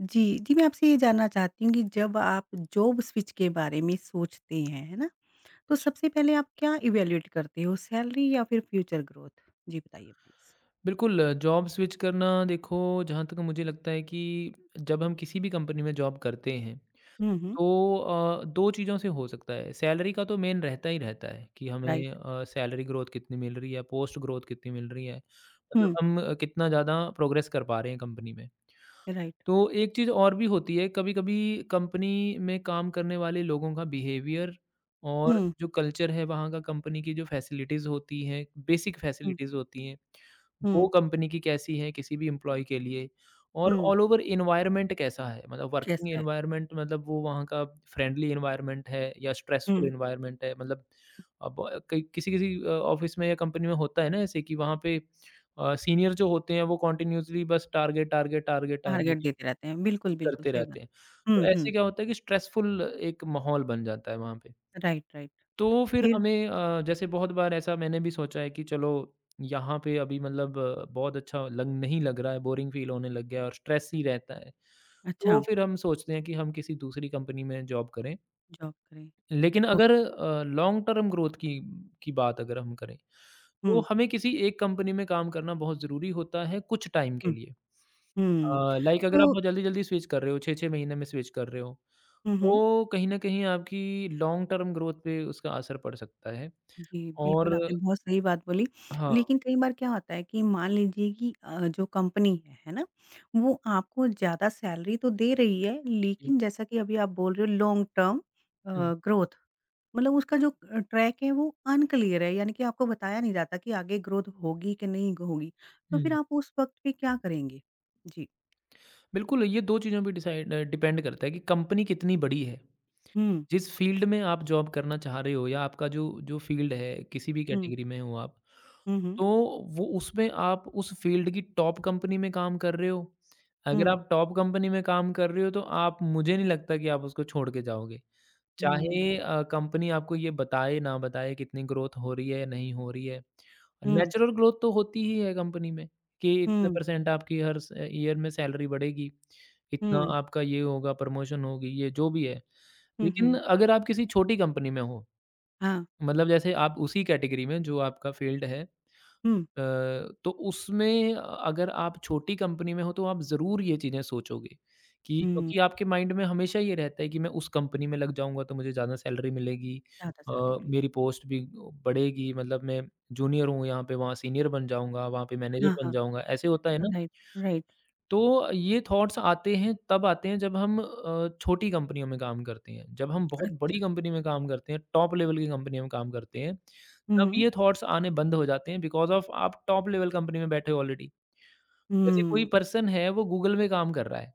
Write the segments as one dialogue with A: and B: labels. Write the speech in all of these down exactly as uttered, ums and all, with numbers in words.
A: जी, जी मैं आपसे ये जानना चाहती हूँ कि जब आप जॉब स्विच के बारे में सोचते हैं, है ना? तो
B: जी।
A: सबसे पहले आप क्या इवैल्यूएट करते हो सैलरी या फिर फ्यूचर ग्रोथ? जी बताइए प्लीज़।
B: बिल्कुल, जॉब स्विच करना देखो जहाँ तक मुझे लगता है कि जब हम किसी भी कंपनी में जॉब करते हैं
A: हुँ, हुँ।
B: तो अ, दो चीज़ों से हो सकता है। सैलरी का तो मेन रहता ही रहता है कि
A: राइट।
B: हमें अ, सैलरी ग्रोथ कितनी मिल रही है, पोस्ट ग्रोथ कितनी मिल रही है, मतलब
A: हुँ।
B: हम अ, कितना ज़्यादा प्रोग्रेस कर पा रहे हैं कंपनी में।
A: राइट।
B: तो एक चीज़ और भी होती है, कभी-कभी कंपनी में काम करने वाले लोगों का बिहेवियर और
A: हुँ,
B: जो कल्चर है वहाँ का, कंपनी की जो फैसिलिटीज़ होती हैं, बेसिक
A: हुँ,
B: फैसिलिटीज़ होती हैं, वो
A: हुँ,
B: कंपनी की कैसी हैं किसी भी एम्प्लॉयी के लिए और
A: हुँ।
B: ऑल ओवर एनवायरनमेंट कैसा है? मतलब वर्किंग
A: कैसा है?
B: एनवायरनमेंट मतलब वो वहाँ का फ्रेंडली एनवायरनमेंट है या स्ट्रेसफुल
A: हुँ।
B: एनवायरनमेंट है? मतलब अब अ, कई किसी-किसी अ, ऑफ़िस में या कंपनी में होता है ना ऐसे कि वहाँ पे अ, सीनियर जो होते हैं वो कंटीन्यूअसली बस target, target, target,
A: target
B: target
A: देते रहते हैं, बिल्कुल, बिल्कुल
B: करते
A: सही बात।
B: रहते हैं। तो
A: हुँ, हुँ।
B: ऐसे क्या होता है कि स्ट्रेसफुल एक माहौल बन जाता है वहाँ पे।
A: Right, right.
B: तो फिर
A: फिर?
B: हमें अ, जैसे बहुत बार ऐसा मैंने भी सोचा है कि चलो यहाँ पे अभी मतलब अ, बहुत अच्छा लग नहीं लग रहा है, बोरिंग फ़ील होने लग गया है और स्ट्रेस ही रहता है। तो
A: अच्छा।
B: फिर हम सोचते हैं कि हम किसी दूसरी कंपनी में जॉब करें।
A: जॉब करें।
B: लेकिन अगर
A: okay.
B: Uh, long term growth की की बात अगर हम करें, तो
A: हुँ,
B: हमें किसी एक कंपनी में काम करना बहुत ज़रूरी होता है कुछ टाइम के
A: हुँ,
B: लिए।
A: हुँ।
B: अ, लाइक अगर आप
A: तो
B: बहुत जल्दी-जल्दी स्विच कर रहे हो, छह छह महीने में स्विच कर रहे हो,
A: हुँ, हुँ।
B: तो कहीं न कहीं आपकी लॉन्ग टर्म ग्रोथ पे उसका असर पड़ सकता है।
A: जी,
B: और
A: बिल्कुल, आपने बहुत सही बात बोली।
B: हाँ,
A: लेकिन कई बार क्या होता है कि मान लीजिए कि अ, जो कंपनी है, है ना? वो आपको ज़्यादा सैलरी तो दे रही है,
B: जी।
A: लेकिन जैसा कि अभी आप बोल रहे हो लॉन्ग टर्म अ,
B: हुँ,
A: ग्रोथ मतलब उसका जो अ, ट्रैक है वो अनक्लियर है, यानी कि आपको बताया नहीं जाता कि आगे ग्रोथ होगी कि नहीं होगी। तो फिर
B: हुँ।
A: आप उस वक़्त पे क्या करेंगे? जी।
B: बिल्कुल, ये दो चीज़ों पे डिसाइड अ, डिपेंड करता है कि कंपनी कितनी बड़ी है।
A: हुँ,
B: जिस फील्ड में आप जॉब करना चाह रहे हो या आपका जो जो फील्ड है, किसी भी
A: हुँ,
B: कैटेगरी में हो आप,
A: हुँ, हुँ,
B: तो वो उसमें आप उस फील्ड की टॉप कंपनी में काम कर रहे हो। अगर
A: हुँ,
B: आप टॉप कंपनी में काम कर रहे हो, तो आप मुझे नहीं लगता कि आप उसको छोड़ के जाओगे। चाहे
A: हुँ,
B: अ, कंपनी आपको ये बताए ना बताए कितनी ग्रोथ हो रही है या नहीं हो रही है।
A: हुँ,
B: नेचुरल ग्रोथ तो होती ही है कंपनी में कि इतने
A: हुँ,
B: परसेंट आपकी हर स ईयर में सैलरी बढ़ेगी, इतना
A: हुँ,
B: आपका ये होगा, प्रमोशन होगी, ये जो भी है।
A: हुँ,
B: लेकिन
A: हुँ,
B: अगर आप किसी छोटी कंपनी में हो,
A: हाँ,
B: मतलब जैसे आप उसी कैटेगरी में जो आपका फील्ड है
A: हुँ,
B: अ, तो उसमें अगर आप छोटी कंपनी में हो तो आप ज़रूर ये चीज़ें सोचोगे कि
A: हुँ।
B: क्योंकि आपके माइंड में हमेशा ये रहता है कि मैं उस कंपनी में लग जाऊँगा तो मुझे ज़्यादा सैलरी मिलेगी
A: ज़्यादा
B: अ,
A: सैलरी मिली।
B: मेरी पोस्ट भी बढ़ेगी मतलब मैं जूनियर हूँ यहाँ पे, वहाँ सीनियर बन जाऊँगा, वहाँ पे मैनेजर
A: हाँ,
B: बन
A: हाँ।
B: जाऊँगा, ऐसे होता है ना?
A: Right, right.
B: तो ये थॉट्स आते हैं तब आते हैं जब हम अ, छोटी कंपनियों में काम करते हैं। जब हम
A: अ,
B: बहुत बड़ी कंपनी में काम करते हैं, टॉप लेवल की कंपनी में काम करते हैं, तब
A: हुँ,
B: ये थॉट्स आने बंद हो जाते हैं बिकॉज़ ऑफ़ आप टॉप लेवल कंपनी में बैठे हो ऑलरेडी। जैसे कोई
A: हुँ।
B: पर्सन है वो गूगल में काम कर रहा है,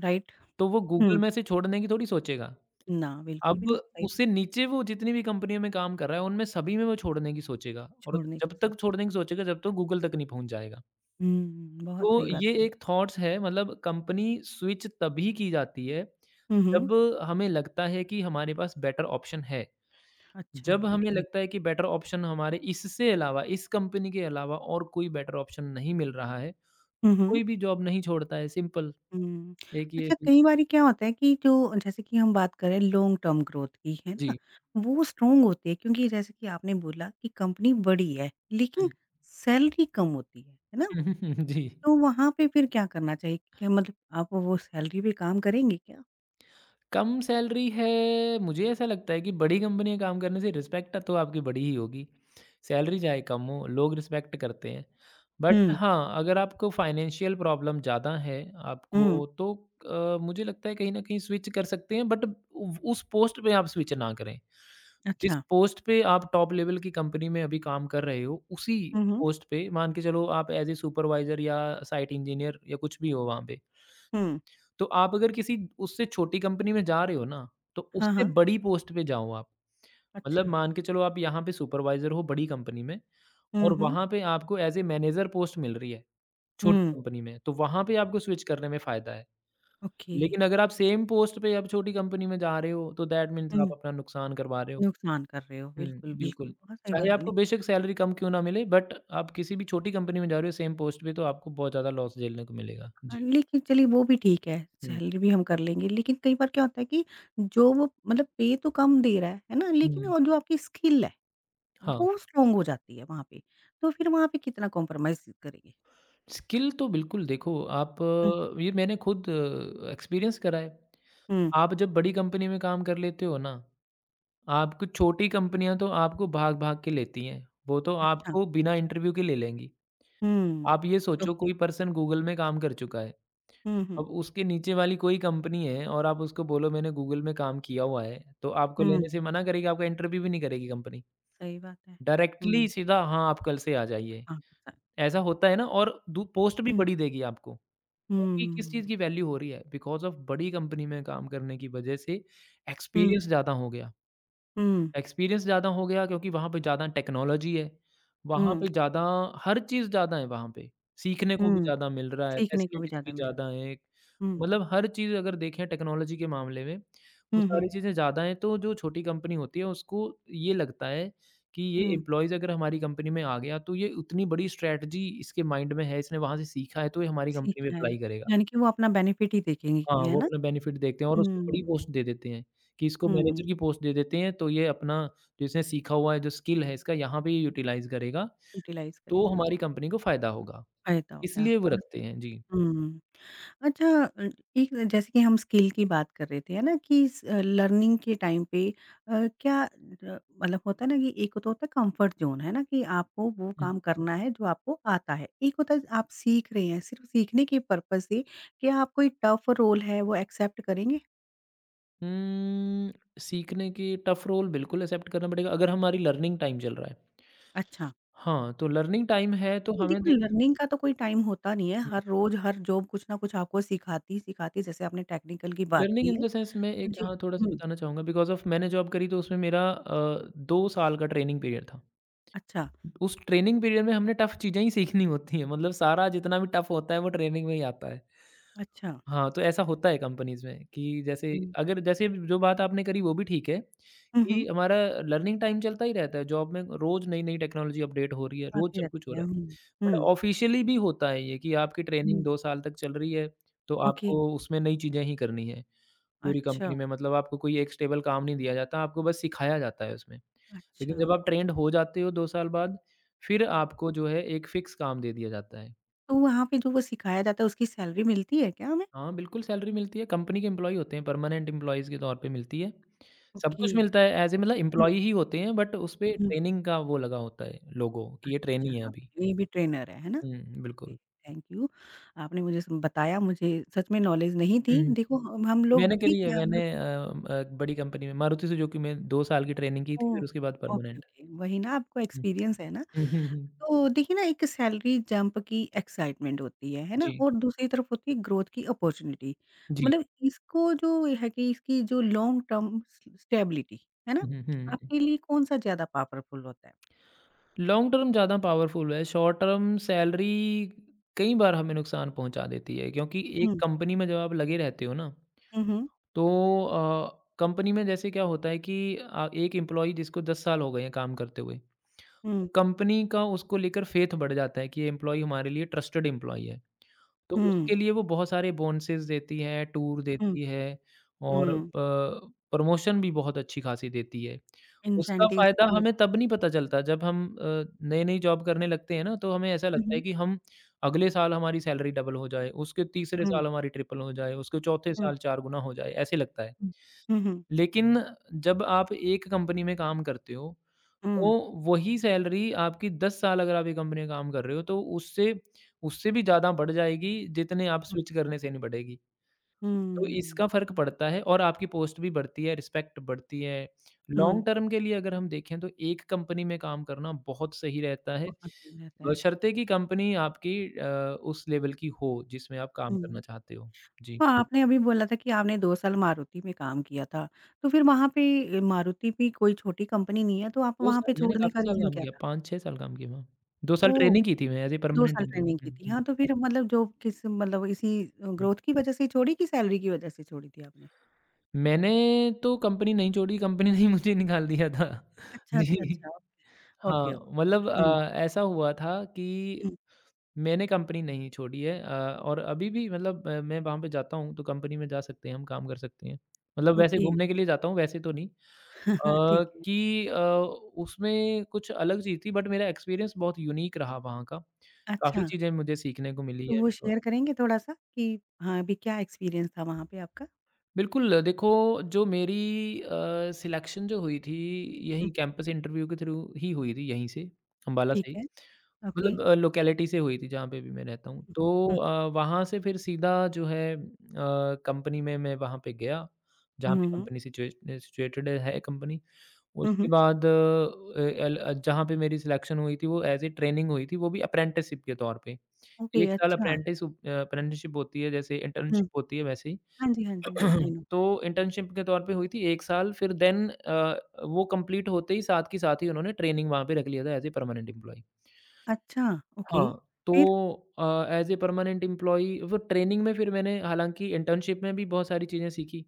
A: राइट?
B: तो वो गूगल
A: हुँ।
B: में से छोड़ने की थोड़ी सोचेगा।
A: ना, बिल्कुल भी
B: अब
A: नहीं, सही बात।
B: उससे नीचे वो जितनी भी कंपनियों में काम कर रहा है, उनमें सभी में वो छोड़ने की सोचेगा और
A: छोड़ने की
B: जब तक
A: सोचे।
B: छोड़ने की सोचेगा, जब तक गूगल तक नहीं पहुँच जाएगा।
A: हुँ, बहुत
B: तो
A: सही बात
B: ये
A: बोली।
B: एक थॉट्स है मतलब कंपनी स्विच तभी की जाती है,
A: हुँ, हुँ।
B: जब हमें लगता है कि हमारे पास बेटर ऑप्शन है।
A: अच्छा,
B: जब हमें
A: ओके।
B: लगता है कि बेटर ऑप्शन हमारे इससे अलावा, इस कंपनी के अलावा और कोई बेटर ऑप्शन नहीं मिल रहा है,
A: हुँ, हुँ,
B: कोई भी जॉब नहीं छोड़ता है, सिंपल
A: हुँ।
B: एक ये
A: अच्छा कई बारी क्या होता है कि जो जैसे कि हम बात करें लॉन्ग टर्म ग्रोथ की, है ना?
B: जी।
A: वो स्ट्रॉन्ग होती है क्योंकि जैसे कि आपने बोला कि कंपनी बड़ी है, लेकिन
B: हुँ।
A: सैलरी कम होती है, है ना?
B: जी।
A: तो वहाँ पे फिर क्या करना चाहिए? क्या मतलब आप वो सैलरी पे काम करेंगे क्या?
B: कम सैलरी है, मुझे ऐसा लगता है कि बड़ी कंपनी में काम करने से रिस्पेक्ट तो आपकी बड़ी ही होगी। सैलरी चाहे कम हो, लोग रिस्पेक्ट करते हैं। बट
A: हुँ,
B: हाँ, अगर आपको फाइनेंशियल प्रॉब्लम ज़्यादा है
A: हुँ।
B: आपको तो अ, मुझे लगता है कहीं न कहीं स्विच कर सकते हैं बट उ उस पोस्ट पे आप स्विच ना करें। जिस
A: अच्छा।
B: पोस्ट पे आप टॉप लेवल की कंपनी में अभी काम कर रहे हो, उसी
A: हुँ, हुँ।
B: पोस्ट पे मान के चलो आप एज़ ए सुपरवाइज़र या साइट इंजीनियर या कुछ भी हो वहाँ पे।
A: हुँ।
B: तो आप अगर किसी उससे छोटी कंपनी में जा रहे हो ना, तो
A: हाँ,
B: उससे
A: हाँ।
B: बड़ी पोस्ट पे जाओ आप। मतलब
A: अच्छा।
B: मान के चलो आप यहाँ पे सुपरवाइज़र हो बड़ी कंपनी में
A: हुँ,
B: और
A: हुँ।
B: वहाँ पे आपको एज़ ए मैनेजर पोस्ट मिल रही है, छोटी
A: हुँ।
B: कंपनी में, तो वहाँ पे आपको स्विच करने में फ़ायदा है।
A: ओके।
B: लेकिन अगर आप सेम पोस्ट पे आप छोटी कंपनी में जा रहे हो, तो दैट मीन्स आप
A: हुँ।
B: अपना नुकसान करवा रहे हो।
A: नुकसान कर रहे हो।
B: हुँ,
A: बिल्कुल, बिल्कुल,
B: बिल्कुल।
A: बहुत सही
B: चाहे
A: बात बोली।
B: आपको बेशक सैलरी कम क्यों ना मिले, बट आप किसी भी छोटी कंपनी में जा रहे हो सेम पोस्ट पे, तो आपको बहुत ज़्यादा लॉस झेलने को मिलेगा।
A: हाँ,
B: जी।
A: लेकिन चलिए वो भी ठीक है,
B: हुँ,
A: सैलरी भी हम कर लेंगे, लेकिन कई बार क्या होता है कि जो वो मतलब पे तो कम दे रहा है, है ना? लेकिन
B: हुँ।
A: और जो आपकी स्किल है,
B: हाँ।
A: वो स्ट्रॉन्ग हो जाती है वहाँ पे, तो फिर वहाँ पे कितना कॉम्प्रोमाइज़ करेंगे?
B: स्किल तो बिल्कुल देखो आप
A: हुँ,
B: अ, ये मैंने खुद एक्सपीरियंस करा है।
A: हुँ।
B: आप जब बड़ी कंपनी में काम कर लेते हो ना, आपको छोटी कंपनियाँ तो आपको भाग-भाग के लेती हैं। वो तो
A: अच्छा।
B: आपको बिना इंटरव्यू के ले लेंगी।
A: हुँ।
B: आप ये सोचो
A: ओके।
B: कोई पर्सन गूगल में काम कर चुका है।
A: हुँ, हुँ।
B: अब उसके नीचे वाली कोई कंपनी है और आप उसको बोलो मैंने गूगल में काम किया हुआ है, तो आपको
A: हुँ।
B: लेने से मना करेगी, आपका इंटरव्यू भी नहीं करेगी कंपनी।
A: सही बात है।
B: डायरेक्टली
A: हुँ,
B: सीधा हाँ, आप कल से आ जाइए।
A: हाँ, पता है।
B: ऐसा होता है ना और दू पोस्ट भी
A: हुँ।
B: बड़ी देगी आपको। क्योंकि किस चीज़
A: हुँ।
B: की वैल्यू हो रही है, बिकॉज़ ऑफ बड़ी कंपनी में काम करने की वजह से
A: हुँ,
B: एक्सपीरियंस ज़्यादा हो गया।
A: हुँ,
B: एक्सपीरियंस ज़्यादा हो गया क्योंकि वहाँ पे ज़्यादा टेक्नोलॉजी है, वहाँ
A: हुँ,
B: पे ज़्यादा हर चीज़ ज़्यादा है वहाँ पे, सीखने को भी
A: हुँ।
B: ज़्यादा मिल रहा है,
A: सीखने को भी
B: फैसिलिटीज़ भी
A: ज़्यादा मिलेगा।
B: ज़्यादा हैं,
A: हुँ।
B: मतलब हर चीज़ अगर देखें टेक्नोलॉजी के मामले में, वो
A: हुँ,
B: सारी
A: हुँ।
B: चीज़ें ज़्यादा हैं तो जो छोटी कंपनी होती है उसको ये लगता है कि ये
A: हुँ।
B: एम्प्लॉइज़ अगर हमारी कंपनी में आ गया तो ये उतनी बड़ी स्ट्रैटेजी इसके माइंड में है, इसने वहाँ से सीखा है तो ये हमारी कंपनी में
A: सीखना है,
B: अप्लाई करेगा।
A: यानी कि वो अपना बेनिफिट ही देखेंगे कि
B: हाँ,
A: है
B: वो
A: ना?
B: अपना बेनिफिट देखते हैं और उसको बड़ी
A: हुँ।
B: पोस्ट दे देते हैं, कि इसको
A: हुँ।
B: मैनेजर की पोस्ट दे देते हैं, तो ये अपना जो इसने सीखा हुआ है, जो स्किल है इसका यहाँ पे ये यूटिलाइज़ करेगा,
A: यूटिलाइज़
B: तो
A: करेगा।
B: हमारी कंपनी को फ़ायदा होगा।
A: फ़ायदा हो गया
B: इसलिए वो
A: और
B: रखते हैं। जी।
A: हुँ। अच्छा। अ, एक जैसे कि हम स्किल की बात कर रहे थे, है ना? कि स लर्निंग के टाइम पे अ, क्या अ, मतलब होता है ना कि एक तो होता है कंफर्ट ज़ोन, है ना? कि आपको वो
B: हुँ।
A: काम करना है जो आपको आता है। एक होता है आप सीख रहे हैं सिर्फ़ सीखने के पर्पज़ से, क्या आप कोई टफ़ रोल है वो एक्सेप्ट करेंगे?
B: उम्म, सीखने के टफ़ रोल बिल्कुल एक्सेप्ट करना पड़ेगा अगर हमारी लर्निंग टाइम चल रहा है।
A: अच्छा।
B: हाँ, तो लर्निंग टाइम है तो
A: नहीं,
B: हमें
A: देखो
B: देखो
A: लर्निंग का तो कोई टाइम होता नहीं है।
B: हुँ,
A: हर रोज़, हर जॉब कुछ ना कुछ आपको सिखाती ही सिखाती है, जैसे आपने टेक्निकल की बात
B: लर्निंग
A: की
B: इन
A: है।
B: द सेंस मैं एक
A: जी।
B: हाँ, थोड़ा-सा
A: हुँ,
B: बताना चाहूँगा बिकॉज़ ऑफ मैंने जॉब करी तो उसमें मेरा अ, दो साल का ट्रेनिंग पीरियड था।
A: अच्छा,
B: उस ट्रेनिंग पीरियड में हमने टफ चीज़ें ही सीखनी होती हैं मतलब सारा जितना भी टफ होता है वो ट्रेनिंग में ही आता है।
A: अच्छा।
B: हाँ, तो ऐसा होता है कंपनीज़ में कि जैसे
A: हुँ,
B: अगर जैसे जो बात आपने करी वो भी ठीक है
A: हुँ, हुँ,
B: कि हमारा लर्निंग टाइम चलता ही रहता है जॉब में रोज़ नई-नई टेक्नोलॉज़ी अपडेट हो रही है, रोज़
A: आती
B: सब कुछ
A: रहती
B: हो
A: है।
B: रहा है।
A: हुँ,
B: बट
A: हुँ।
B: ऑफ़िशियली भी होता है ये कि आपकी ट्रेनिंग
A: हुँ।
B: दो साल तक चल रही है, तो
A: ओके,
B: आपको उसमें नई चीज़ें ही करनी है। पूरी
A: अच्छा,
B: कंपनी में मतलब आपको कोई एक स्टेबल काम नहीं दिया जाता, आपको बस सिखाया जाता है उसमें।
A: अच्छा।
B: लेकिन जब आप ट्रेंड हो जाते हो दो साल बाद, फिर आपको जो है एक फिक्स काम दे दिया जाता है।
A: तो वहाँ पे जो वो सिखाया जाता है, उसकी सैलरी मिलती है क्या हमें?
B: हाँ, बिल्कुल सैलरी मिलती है, कंपनी के एम्प्लॉयी होते हैं, परमानेंट एम्प्लॉईज़ के तौर पे मिलती है। सब
A: ओके।
B: कुछ मिलता है ऐज़ ए मतलब
A: हुँ,
B: एम्प्लॉयी ही होते हैं बट उसपे
A: हुँ।
B: ट्रेनिंग का वो लगा होता है लोगो कि ये
A: अच्छा, अच्छा,
B: ट्रेनी है
A: हाँ,
B: अभी।
A: ये भी ट्रेनर है, है ना?
B: हुँ,
A: ओके,
B: बिल्कुल।
A: Thank you. आपने मुझे स बताया, मुझे सच में नॉलेज नहीं
B: हुँ,
A: थी। देखो हम हम लोग
B: मैंने करी
A: ठीक
B: है,
A: है, हम
B: मैंने अ अ, बड़ी कंपनी में मारुति सुजुकी में दो साल की ट्रेनिंग की थी,
A: ओह!
B: फिर उसके बाद
A: ओके,
B: परमानेंट।
A: ओके। वही ना आपको
B: हुँ।
A: एक्सपीरियंस है ना।
B: हुँ, हुँ, हुँ।
A: तो देखिए ना एक सैलरी जंप की एक्साइटमेंट होती है, है ना?
B: जी,
A: और दूसरी तरफ होती है ग्रोथ की अपॉर्च्युनिटी।
B: जी।
A: मतलब इसको जो है कि इसकी जो लॉन्ग टर्म स स्टेबिलिटी, है ना?
B: हुँ, हुँ।
A: आपके लिए कौन-सा ज़्यादा पावरफुल होता है?
B: लॉन्ग टर्म ज़्यादा पावरफुल है, शॉर्ट टर्म सैलरी कई बार हमें नुकसान पहुँचा देती है क्योंकि एक
A: हुँ।
B: कंपनी में जब आप लगे रहते हो ना,
A: हुँ, हुँ।
B: तो अ, कंपनी में जैसे क्या होता है कि अ, एक एम्प्लॉयी जिसको दस साल हो गए हैं काम करते हुए,
A: हुँ,
B: कंपनी का उसको लेकर फेथ बढ़ जाता है कि ये एम्प्लॉयी हमारे लिए ट्रस्टेड एम्प्लॉयी है। तो
A: हुँ,
B: उसके लिए वो बहुत सारे बोनसेस देती है, टूर
A: हुँ,
B: देती है और
A: हुँ।
B: प प्रमोशन भी बहुत अच्छी खासी देती है। उसका
A: इंसेंटिव्स
B: फ़ायदा
A: भी हो
B: हमें तब नहीं पता चलता जब हम अ, नई-नई जॉब करने लगते हैं ना, तो हमें ऐसा
A: हुँ,
B: लगता है
A: हुँ,
B: कि हम अगले साल हमारी सैलरी डबल हो जाए, उसके तीसरे
A: हुँ,
B: साल हमारी ट्रिपल हो जाए, उसके चौथे
A: हुँ,
B: साल चार गुना हो जाए, ऐसे लगता है।
A: हुँ, हुँ,
B: लेकिन जब आप एक कंपनी में काम करते हो तो
A: हुँ,
B: वही सैलरी आपकी दस साल अगर आप एक कंपनी में काम कर रहे हो, तो उससे उससे भी ज़्यादा बढ़ जाएगी, जितने आप
A: हुँ,
B: स्विच करने से नहीं बढ़ेगी। तो
A: हुँ,
B: इसका फ़र्क पड़ता है और आपकी पोस्ट भी बढ़ती है, रिस्पेक्ट बढ़ती है।
A: हुँ।
B: लॉन्ग टर्म के लिए अगर हम देखें तो एक कंपनी में काम करना बहुत सही रहता है,
A: बहुत सही रहता है।
B: बशर्ते कि कंपनी आपकी अ, उस लेवल की हो जिसमें आप काम
A: हुँ।
B: करना चाहते हो। जी,
A: हाँ, आपने अभी बोला था कि आपने दो साल मारुति में काम किया था। तो फिर वहाँ पे मारुति भी कोई छोटी कंपनी नहीं है, तो आप
B: दो
A: वहाँ पे
B: साल मैंने
A: छोड़ने का
B: काफ़ी साल
A: रीज़न
B: काम
A: क्या
B: किया,
A: था?
B: पाँच छह साल काम किया वहाँ। दो साल
A: ओह!
B: ट्रेनिंग की थी मैं एज़ ए
A: दो
B: परमानेंट
A: साल
B: एम्प्लॉयी।
A: ट्रेनिंग की
B: हुँ, हुँ,
A: थी।
B: हुँ।
A: हाँ, तो फिर मतलब जॉब किस मतलब इसी ग्रोथ की वज़ह से छोड़ी कि सैलरी की वज़ह से छोड़ी थी आपने?
B: मैंने तो कंपनी नहीं छोड़ी, कंपनी ने ही मुझे निकाल दिया था।
A: अच्छा, अच्छा,
B: जी,
A: अच्छा।
B: हाँ,
A: ओके,
B: मतलब
A: ओके। हुँ,
B: अ, ऐसा हुआ था कि
A: हुँ।
B: मैंने कंपनी नहीं छोड़ी है अ, और अभी भी मतलब अ, मैं वहाँ पे जाता हूँ, तो कंपनी में जा सकते हैं हम, काम कर सकते हैं। मतलब वैसे
A: ओके।
B: घूमने के लिए जाता हूँ, वैसे तो नहीं। अ,
A: ठीक है।
B: कि अ, उसमें कुछ अलग चीज़ थी बट मेरा एक्सपीरियंस बहुत यूनीक रहा वहाँ का। काफ़ी
A: अच्छा,
B: चीज़ें मुझे सीखने को मिली
A: तो
B: है।
A: वो शेयर करेंगे थोड़ा-सा कि हाँ, अभी क्या एक्सपीरियंस था वहाँ पे आपका?
B: बिल्कुल, देखो जो मेरी अ, सिलेक्शन जो हुई थी
A: हुँ,
B: यही कैंपस इंटरव्यू के थ्रू ही हुई थी यहीं से, अम्बाला
A: ठीक
B: से ही।
A: है। ओके।
B: मतलब अ, लोकेलिटी से हुई थी जहाँ पे भी मैं रहता हूँ। तो
A: हुँ, हुँ।
B: अ, वहाँ से फिर सीधा जो है अ, कंपनी में मैं वहाँ पे गया, जहाँ पे
A: हुँ, हुँ।
B: कंपनी सिचुएट सिचुएटेड है कंपनी।
A: हुँ,
B: उसके
A: हुँ।
B: बाद अ, एल अ, जहाँ पे मेरी सिलेक्शन हुई थी वो एज़ ए ट्रेनिंग हुई थी, वो भी अप्रेंटिसशिप के तौर पे।
A: ओके,
B: एक साल
A: अच्छा।
B: अप्रेंटिस अप्रेंटिसशिप होती है जैसे
A: हुँ।
B: इंटर्नशिप होती है वैसे ही।
A: हाँ जी, हाँ जी। I know.
B: तो इंटर्नशिप के तौर पे हुई थी एक साल फिर देन अ, वो कंप्लीट होते ही साथ के साथ ही उन्होंने ट्रेनिंग वहाँ पे रख लिया था एज़ ए परमानेंट एम्प्लॉयी।
A: अच्छा, ओके।
B: हाँ, तो
A: फिर?
B: Uh, as a permanent employee वो ट्रेनिंग में फिर मैंने हालाँकि इंटर्नशिप में भी बहुत सारी चीज़ें सीखी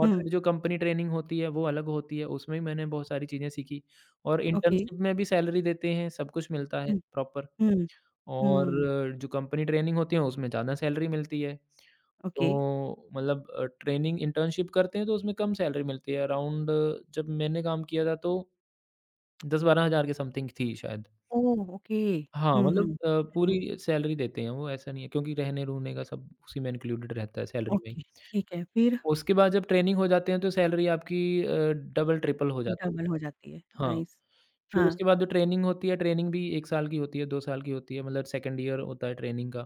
B: और
A: हुँ,
B: फिर जो कंपनी ट्रेनिंग होती है वो अलग होती है, उसमें भी मैंने बहुत सारी चीज़ें सीखी और
A: ओके।
B: इंटर्नशिप में भी सैलरी देते हैं, सब कुछ मिलता है
A: हुँ,
B: प्रॉपर।
A: हुँ,
B: और
A: हुँ,
B: जो कंपनी ट्रेनिंग होती है उसमें ज़्यादा सैलरी मिलती है।
A: ओके।
B: तो मतलब अ, ट्रेनिंग इंटर्नशिप करते हैं तो उसमें कम सैलरी मिलती है अराउंड जब मैंने काम किया था तो दस बारह हज़ार के समथिंग थी शायद।
A: ओह! ओके।
B: हाँ,
A: हुँ, हुँ,
B: मतलब अ,
A: हुँ, हुँ,
B: पूरी सैलरी देते हैं वो ऐसा नहीं है क्योंकि रहने-रूहने का सब उसी में इंक्लूडेड रहता है सैलरी में ही।
A: ओके, ठीक है। फिर
B: उसके बाद जब ट्रेनिंग हो जाते हैं तो सैलरी आपकी अ, डबल ट्रिपल हो जाती है।
A: डबल हो जाती है,
B: हाँ,
A: नाइस।
B: फिर
A: हाँ,
B: उसके बाद जो ट्रेनिंग होती है, ट्रेनिंग भी एक साल की होती है, दो साल की होती है मतलब सेकंड ईयर होता है ट्रेनिंग का।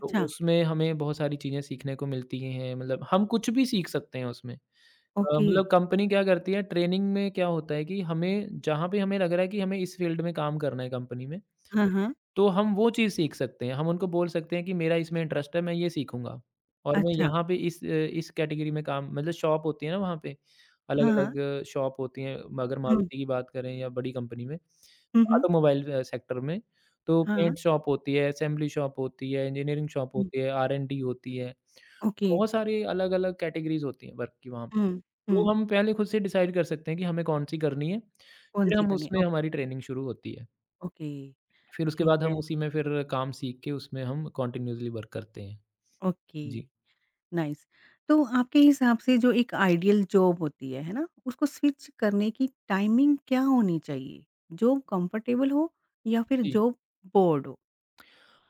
B: तो उसमें हमें बहुत सारी चीज़ें सीखने को मिलती हैं, मतलब हम कुछ भी सीख सकते हैं उसमें। अ,
A: ओके।
B: मतलब कंपनी क्या करती है ट्रेनिंग में क्या होता है कि हमें जहाँ पे हमें लग रहा है कि हमें इस फील्ड में काम करना है कंपनी में,
A: हाँ, हाँ,
B: तो हम वो चीज़ सीख सकते हैं। हम उनको बोल सकते हैं कि मेरा इसमें इंटरेस्ट है, मैं ये सीखूँगा और मैं
A: अच्छा।
B: यहाँ पे इस अ, इस कैटेगरी में काम मतलब शॉप होती है ना वहाँ पे,
A: हाँ, हाँ,
B: अलग-अलग शॉप होती हैं। अगर
A: हुँ,
B: मारुति की बात करें या बड़ी कंपनी में,
A: हुँ, हुँ,
B: ऑटोमोबाइल अ, सेक्टर में, तो
A: हाँ, हाँ,
B: पेंट शॉप होती है, असेंबली शॉप होती है, इंजीनियरिंग शॉप
A: हुँ,
B: होती है, आर-एन-डी होती है।
A: ओके,
B: बहुत सारी अलग-अलग कैटेगरीज़ होती हैं वर्क की वहाँ पे।
A: हुँ,
B: तो
A: हुँ।
B: हम पहले खुद से डिसाइड कर सकते हैं कि हमें कौन-सी करनी है, फिर
A: कौन-सी
B: हम
A: करनी है?
B: उसमें
A: ओके,
B: हमारी ट्रेनिंग शुरू होती है।
A: ओके,
B: फिर उसके
A: ठीक
B: बाद हम
A: है,
B: उसी में फिर काम सीख के उसमें हम कंटिन्यूअसली वर्क करते हैं।
A: ओके।
B: जी,
A: नाइस। तो आपके हिसाब से जो एक आइडियल जॉब होती है, है ना? उसको स्विच करने की टाइमिंग क्या होनी चाहिए? जॉब कंफर्टेबल हो या फिर
B: जी।
A: जॉब बोर्ड हो?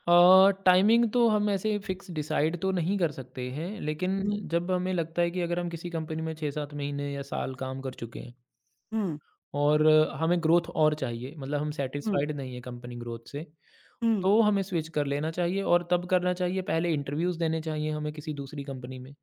B: अ, टाइमिंग तो हम ऐसे फिक्स डिसाइड तो नहीं कर सकते हैं, लेकिन
A: हुँ।
B: जब हमें लगता है कि अगर हम किसी कंपनी में छह सात महीने या साल काम कर चुके हैं
A: हुँ,
B: और हमें ग्रोथ और चाहिए, मतलब हम
A: हुँ,
B: सैटिस्फाइड नहीं है कंपनी ग्रोथ से,
A: हुँ,
B: तो हमें स्विच कर लेना चाहिए और तब करना चाहिए पहले इंटरव्यूज़ देने चाहिए हमें किसी दूसरी कंपनी में।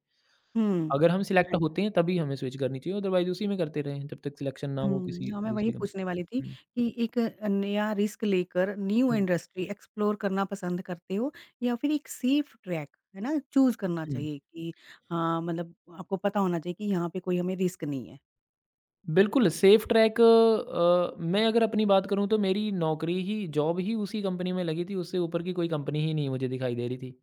A: हुँ।
B: अगर हम सिलेक्ट
A: राइट।
B: होते हैं तभी हमें स्विच करनी चाहिए अदरवाइज़ उसी में करते रहें जब तक सिलेक्शन ना हो
A: हुँ,
B: किसी
A: हाँ, मैं वही
B: दूसरी
A: पूछने वाली थी
B: कंपनी। हुँ,
A: कि एक अ, नया रिस्क लेकर न्यू
B: हुँ,
A: इंडस्ट्री एक्सप्लोर करना पसंद करते हो या फिर एक सेफ ट्रैक, है ना, चूज़ करना
B: हुँ।
A: चाहिए कि हाँ, मतलब आपको पता होना चाहिए कि यहाँ पे कोई हमें रिस्क नहीं है?
B: बिल्कुल, सेफ ट्रैक अ, मैं अगर अपनी बात करूँ तो मेरी नौकरी ही जॉब ही उसी कंपनी में लगी थी, उससे ऊपर की कोई कंपनी ही नहीं मुझे दिखाई दे रही थी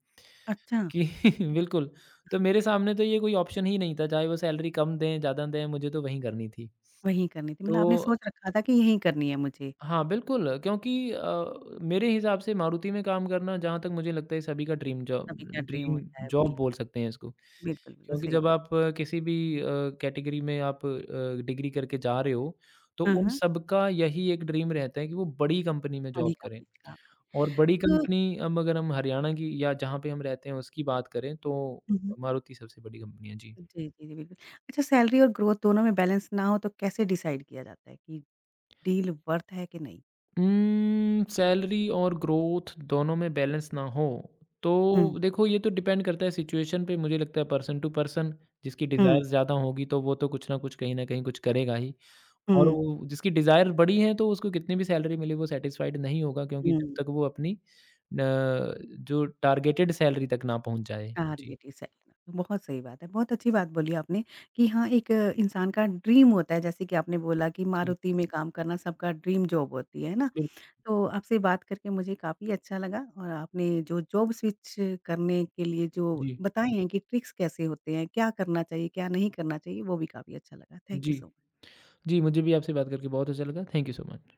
A: अच्छा।
B: कि बिल्कुल, तो मेरे सामने तो ये कोई ऑप्शन ही नहीं था, चाहे वो सैलरी कम दें, ज़्यादा दें, मुझे तो वहीं करनी थी।
A: वही करनी थी, मतलब
B: तो
A: आपने सोच रखा था कि यही करनी है मुझे,
B: हाँ, बिल्कुल क्योंकि अ, मेरे हिसाब से मारुति में काम करना जहाँ तक मुझे लगता है सभी का ड्रीम जॉब
A: सभी का ड्रीम
B: ड्रीम
A: होता है,
B: जॉब बोल
A: बिल्कुल,
B: सकते हैं इसको।
A: बिल्कुल, बिल्कुल
B: क्योंकि
A: सही
B: जब
A: बात।
B: आप अ, किसी भी अ, कैटेगरी में आप अ, डिग्री करके जा रहे हो, तो
A: हाँ,
B: उन
A: हाँ,
B: सबका यही एक ड्रीम रहता है कि वो बड़ी कंपनी में
A: मनी
B: जॉब
A: का
B: करें।
A: मनी का
B: और बड़ी
A: तो
B: कंपनी अब अगर हम हरियाणा की या जहाँ पे हम रहते हैं उसकी बात करें तो
A: हुँ, हुँ।
B: मारुति सबसे बड़ी कंपनी है। जी।
A: जी, जी, जी, बिल्कुल। अच्छा सैलरी और ग्रोथ दोनों में बैलेंस ना हो तो कैसे डिसाइड किया जाता है कि डील वर्थ है कि नहीं?
B: उम्म, सैलरी और ग्रोथ दोनों में बैलेंस ना हो, तो
A: हुँ,
B: देखो ये तो डिपेंड करता है सिचुएशन पे मुझे लगता है पर्सन टू पर्सन जिसकी
A: हुँ,
B: डिज़ायर्स ज़्यादा होगी तो वो तो कुछ न कुछ कहीं न कहीं कुछ करेगा ही और
A: हुँ,
B: वो जिसकी डिज़ायर बड़ी है तो उसको कितनी भी सैलरी मिले वो सैटिस्फाइड नहीं होगा क्योंकि जब
A: हुँ,
B: तक वो अपनी न जो टारगेटेड सैलरी तक ना पहुँच जाए। जी,
A: टारगेट ही सेट करना, तो बहुत सही बात है, बहुत अच्छी बात बोली आपने कि हाँ, एक अ, इंसान का ड्रीम होता है, जैसे कि आपने बोला कि
B: जी,
A: मारुति में काम करना सबका ड्रीम जॉब होती है, है ना?
B: बिल
A: तो आपसे बात करके मुझे काफ़ी अच्छा लगा और आपने जो जॉब स्विच करने के लिए जो
B: जी,
A: बताए हैं कि ट्रिक्स कैसे होते हैं, क्या करना चाहिए, क्या नहीं करना चाहिए, वो भी काफ़ी अच्छा लगा। थैंक यू
B: जी।
A: So much.
B: जी, मुझे भी आपसे बात करके बहुत अच्छा लगा। Thank you so much.